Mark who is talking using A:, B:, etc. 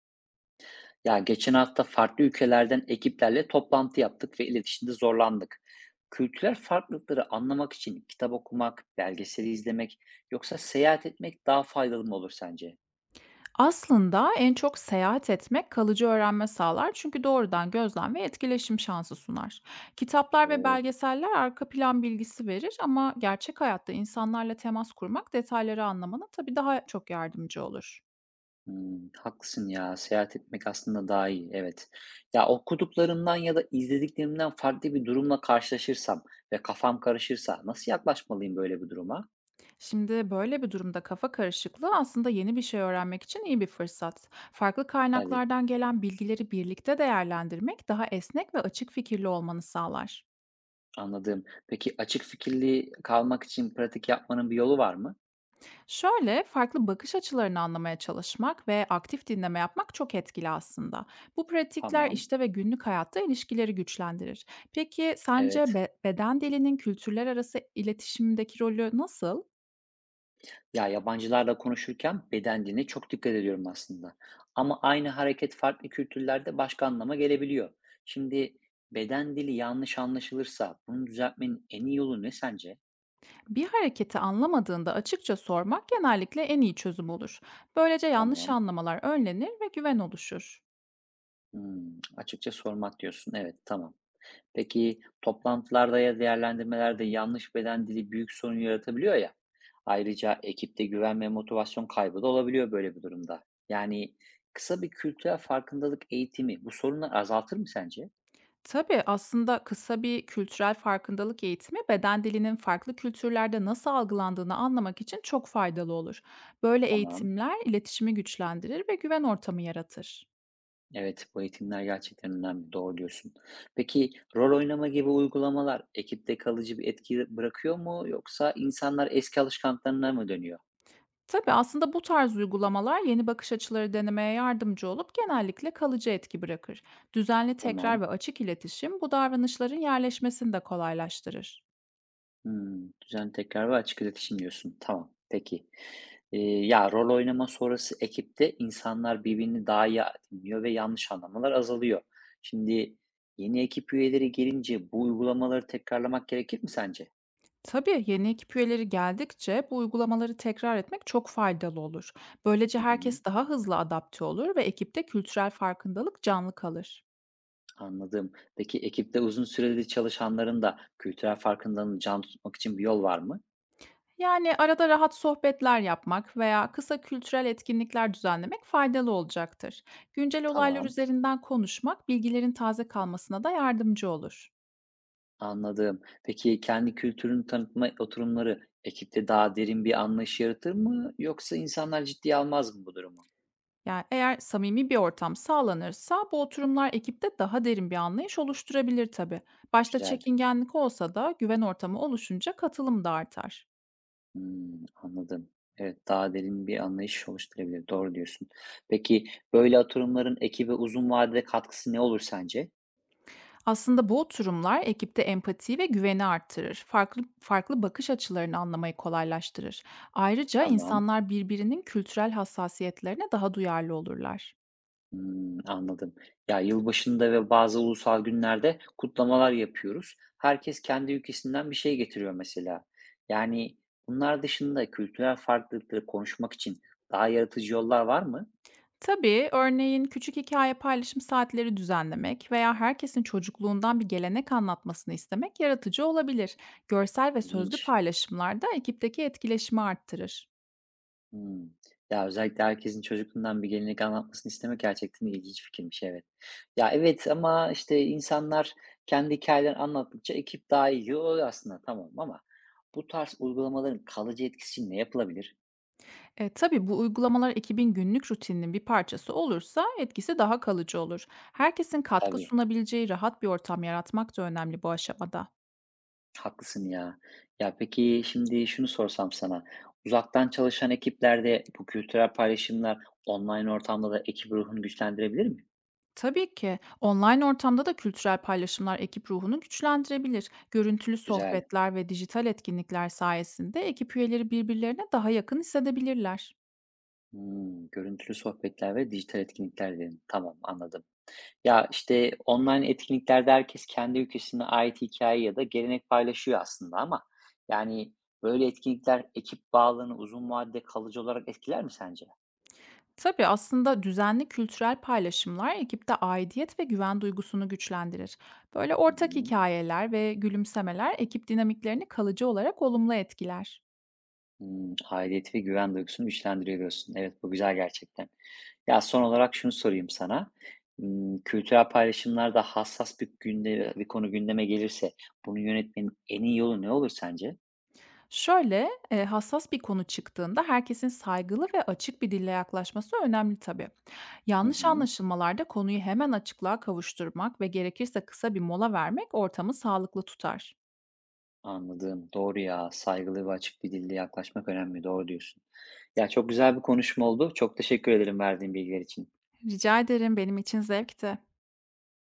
A: Ya geçen hafta farklı ülkelerden ekiplerle toplantı yaptık ve iletişimde zorlandık. Kültürel farklılıkları anlamak için kitap okumak, belgeseli izlemek yoksa seyahat etmek daha faydalı mı olur sence?
B: Aslında en çok seyahat etmek kalıcı öğrenme sağlar çünkü doğrudan gözlem ve etkileşim şansı sunar. Kitaplar ve
A: Doğru.
B: belgeseller arka plan bilgisi verir, ama gerçek hayatta insanlarla temas kurmak detayları anlamana tabii daha çok yardımcı olur.
A: Hmm, haklısın ya. Seyahat etmek aslında daha iyi. Evet. Ya okuduklarımdan ya da izlediklerimden farklı bir durumla karşılaşırsam ve kafam karışırsa nasıl yaklaşmalıyım böyle bir duruma?
B: Şimdi böyle bir durumda kafa karışıklığı aslında yeni bir şey öğrenmek için iyi bir fırsat. Farklı
A: Tabii,
B: kaynaklardan gelen bilgileri birlikte değerlendirmek daha esnek ve açık fikirli olmanı sağlar.
A: anladım. Peki açık fikirli kalmak için pratik yapmanın bir yolu var mı?
B: Şöyle, farklı bakış açılarını anlamaya çalışmak ve aktif dinleme yapmak çok etkili aslında. Bu pratikler
A: Tamam.
B: işte ve günlük hayatta ilişkileri güçlendirir. Peki sence
A: Evet.
B: beden dilinin kültürler arası iletişimdeki rolü nasıl?
A: Ya yabancılarla konuşurken beden diline çok dikkat ediyorum aslında. Ama aynı hareket farklı kültürlerde başka anlama gelebiliyor. Şimdi beden dili yanlış anlaşılırsa bunu düzeltmenin en iyi yolu ne sence?
B: Bir hareketi anlamadığında açıkça sormak genellikle en iyi çözüm olur. Böylece yanlış
A: Tamam.
B: anlamalar önlenir ve güven oluşur.
A: Hmm, açıkça sormak diyorsun. Evet, tamam. Peki toplantılarda ya değerlendirmelerde yanlış beden dili büyük sorun yaratabiliyor ya. Ayrıca ekipte güven ve motivasyon kaybı da olabiliyor böyle bir durumda. Yani kısa bir kültürel farkındalık eğitimi bu sorunları azaltır mı sence?
B: Tabii, aslında kısa bir kültürel farkındalık eğitimi beden dilinin farklı kültürlerde nasıl algılandığını anlamak için çok faydalı olur. Böyle
A: Tamam.
B: eğitimler iletişimi güçlendirir ve güven ortamı yaratır.
A: Evet, bu eğitimler gerçekten önemli. Doğru diyorsun. Peki rol oynama gibi uygulamalar ekipte kalıcı bir etki bırakıyor mu yoksa insanlar eski alışkanlıklarına mı dönüyor?
B: Tabii, aslında bu tarz uygulamalar yeni bakış açıları denemeye yardımcı olup genellikle kalıcı etki bırakır. Düzenli tekrar ve
A: Tamam.
B: açık iletişim bu davranışların yerleşmesini de kolaylaştırır.
A: Hmm, düzenli tekrar ve açık iletişim diyorsun. Tamam. Peki. Ya rol oynama sonrası ekipte insanlar birbirini daha iyi dinliyor ve yanlış anlamalar azalıyor. Şimdi yeni ekip üyeleri gelince bu uygulamaları tekrarlamak gerekir mi sence?
B: Tabii, yeni ekip üyeleri geldikçe bu uygulamaları tekrar etmek çok faydalı olur. Böylece
A: Hı hı.
B: herkes daha hızlı adapte olur ve ekipte kültürel farkındalık canlı kalır.
A: Anladım. Peki ekipte uzun süredir çalışanların da kültürel farkındalığını can tutmak için bir yol var mı?
B: Yani arada rahat sohbetler yapmak veya kısa kültürel etkinlikler düzenlemek faydalı olacaktır. Güncel olaylar
A: Tamam,
B: üzerinden konuşmak bilgilerin taze kalmasına da yardımcı olur.
A: anladım. Peki kendi kültürünü tanıtma oturumları ekipte daha derin bir anlayış yaratır mı? Yoksa insanlar ciddiye almaz mı bu durumu?
B: Yani, eğer samimi bir ortam sağlanırsa bu oturumlar ekipte daha derin bir anlayış oluşturabilir tabii. Başta
A: Güzel.
B: çekingenlik olsa da güven ortamı oluşunca katılım da artar.
A: Hmm, anladım. Evet, daha derin bir anlayış oluşturabilir. Doğru diyorsun. Peki böyle oturumların ekibe uzun vadede katkısı ne olur sence?
B: Aslında bu oturumlar ekipte empati ve güveni arttırır. Farklı farklı bakış açılarını anlamayı kolaylaştırır. Ayrıca
A: Tamam.
B: insanlar birbirinin kültürel hassasiyetlerine daha duyarlı olurlar.
A: Hımm, anladım. Ya, yılbaşında ve bazı ulusal günlerde kutlamalar yapıyoruz. Herkes kendi ülkesinden bir şey getiriyor mesela. Yani bunlar dışında kültürel farklılıkları konuşmak için daha yaratıcı yollar var mı?
B: Tabii, örneğin küçük hikaye paylaşım saatleri düzenlemek veya herkesin çocukluğundan bir gelenek anlatmasını istemek yaratıcı olabilir. Görsel ve sözlü
A: İlginç.
B: paylaşımlar da ekipteki etkileşimi arttırır.
A: Hımm. Ya, özellikle herkesin çocukluğundan bir gelenek anlatmasını istemek gerçekten ilginç fikirmiş, evet. Ya, evet ama, işte, insanlar kendi hikayelerini anlattıkça ekip daha iyi oluyor aslında tamam ama bu tarz uygulamaların kalıcı etkisi için ne yapılabilir?
B: Tabii, bu uygulamalar ekibin günlük rutininin bir parçası olursa etkisi daha kalıcı olur. Herkesin katkı
A: Tabii.
B: sunabileceği rahat bir ortam yaratmak da önemli bu aşamada.
A: Haklısın ya. Ya, peki, şimdi şunu sorsam sana, uzaktan çalışan ekiplerde bu kültürel paylaşımlar online ortamda da ekip ruhunu güçlendirebilir mi?
B: Tabii ki. Online ortamda da kültürel paylaşımlar ekip ruhunu güçlendirebilir. Görüntülü
A: Güzel.
B: sohbetler ve dijital etkinlikler sayesinde ekip üyeleri birbirlerine daha yakın hissedebilirler.
A: Hımm, görüntülü sohbetler ve dijital etkinlikler dedin. Tamam, anladım. Ya, işte, online etkinliklerde herkes kendi ülkesine ait hikaye ya da gelenek paylaşıyor aslında ama, yani, böyle etkinlikler ekip bağlarını uzun vadede kalıcı olarak etkiler mi sence?
B: Tabii, aslında düzenli kültürel paylaşımlar ekipte aidiyet ve güven duygusunu güçlendirir. Böyle
A: Hı
B: ortak
A: hı.
B: hikayeler ve gülümsemeler ekip dinamiklerini kalıcı olarak olumlu etkiler.
A: Hımm, aidiyet ve güven duygusunu güçlendiriyor diyorsun. Evet, bu güzel gerçekten. Ya, son olarak şunu sorayım sana. Kültürel paylaşımlarda hassas bir günde bir konu gündeme gelirse bunu yönetmenin en iyi yolu ne olur sence?
B: Şöyle hassas bir konu çıktığında herkesin saygılı ve açık bir dille yaklaşması önemli tabii.
A: Hı
B: Yanlış
A: hı.
B: anlaşılmalarda konuyu hemen açıklığa kavuşturmak ve gerekirse kısa bir mola vermek ortamı sağlıklı tutar.
A: Anladım. Doğru ya. Saygılı ve açık bir dille yaklaşmak önemli. Doğru diyorsun. Ya, çok güzel bir konuşma oldu. Çok teşekkür ederim verdiğin bilgiler için.
B: Rica ederim, benim için zevkti.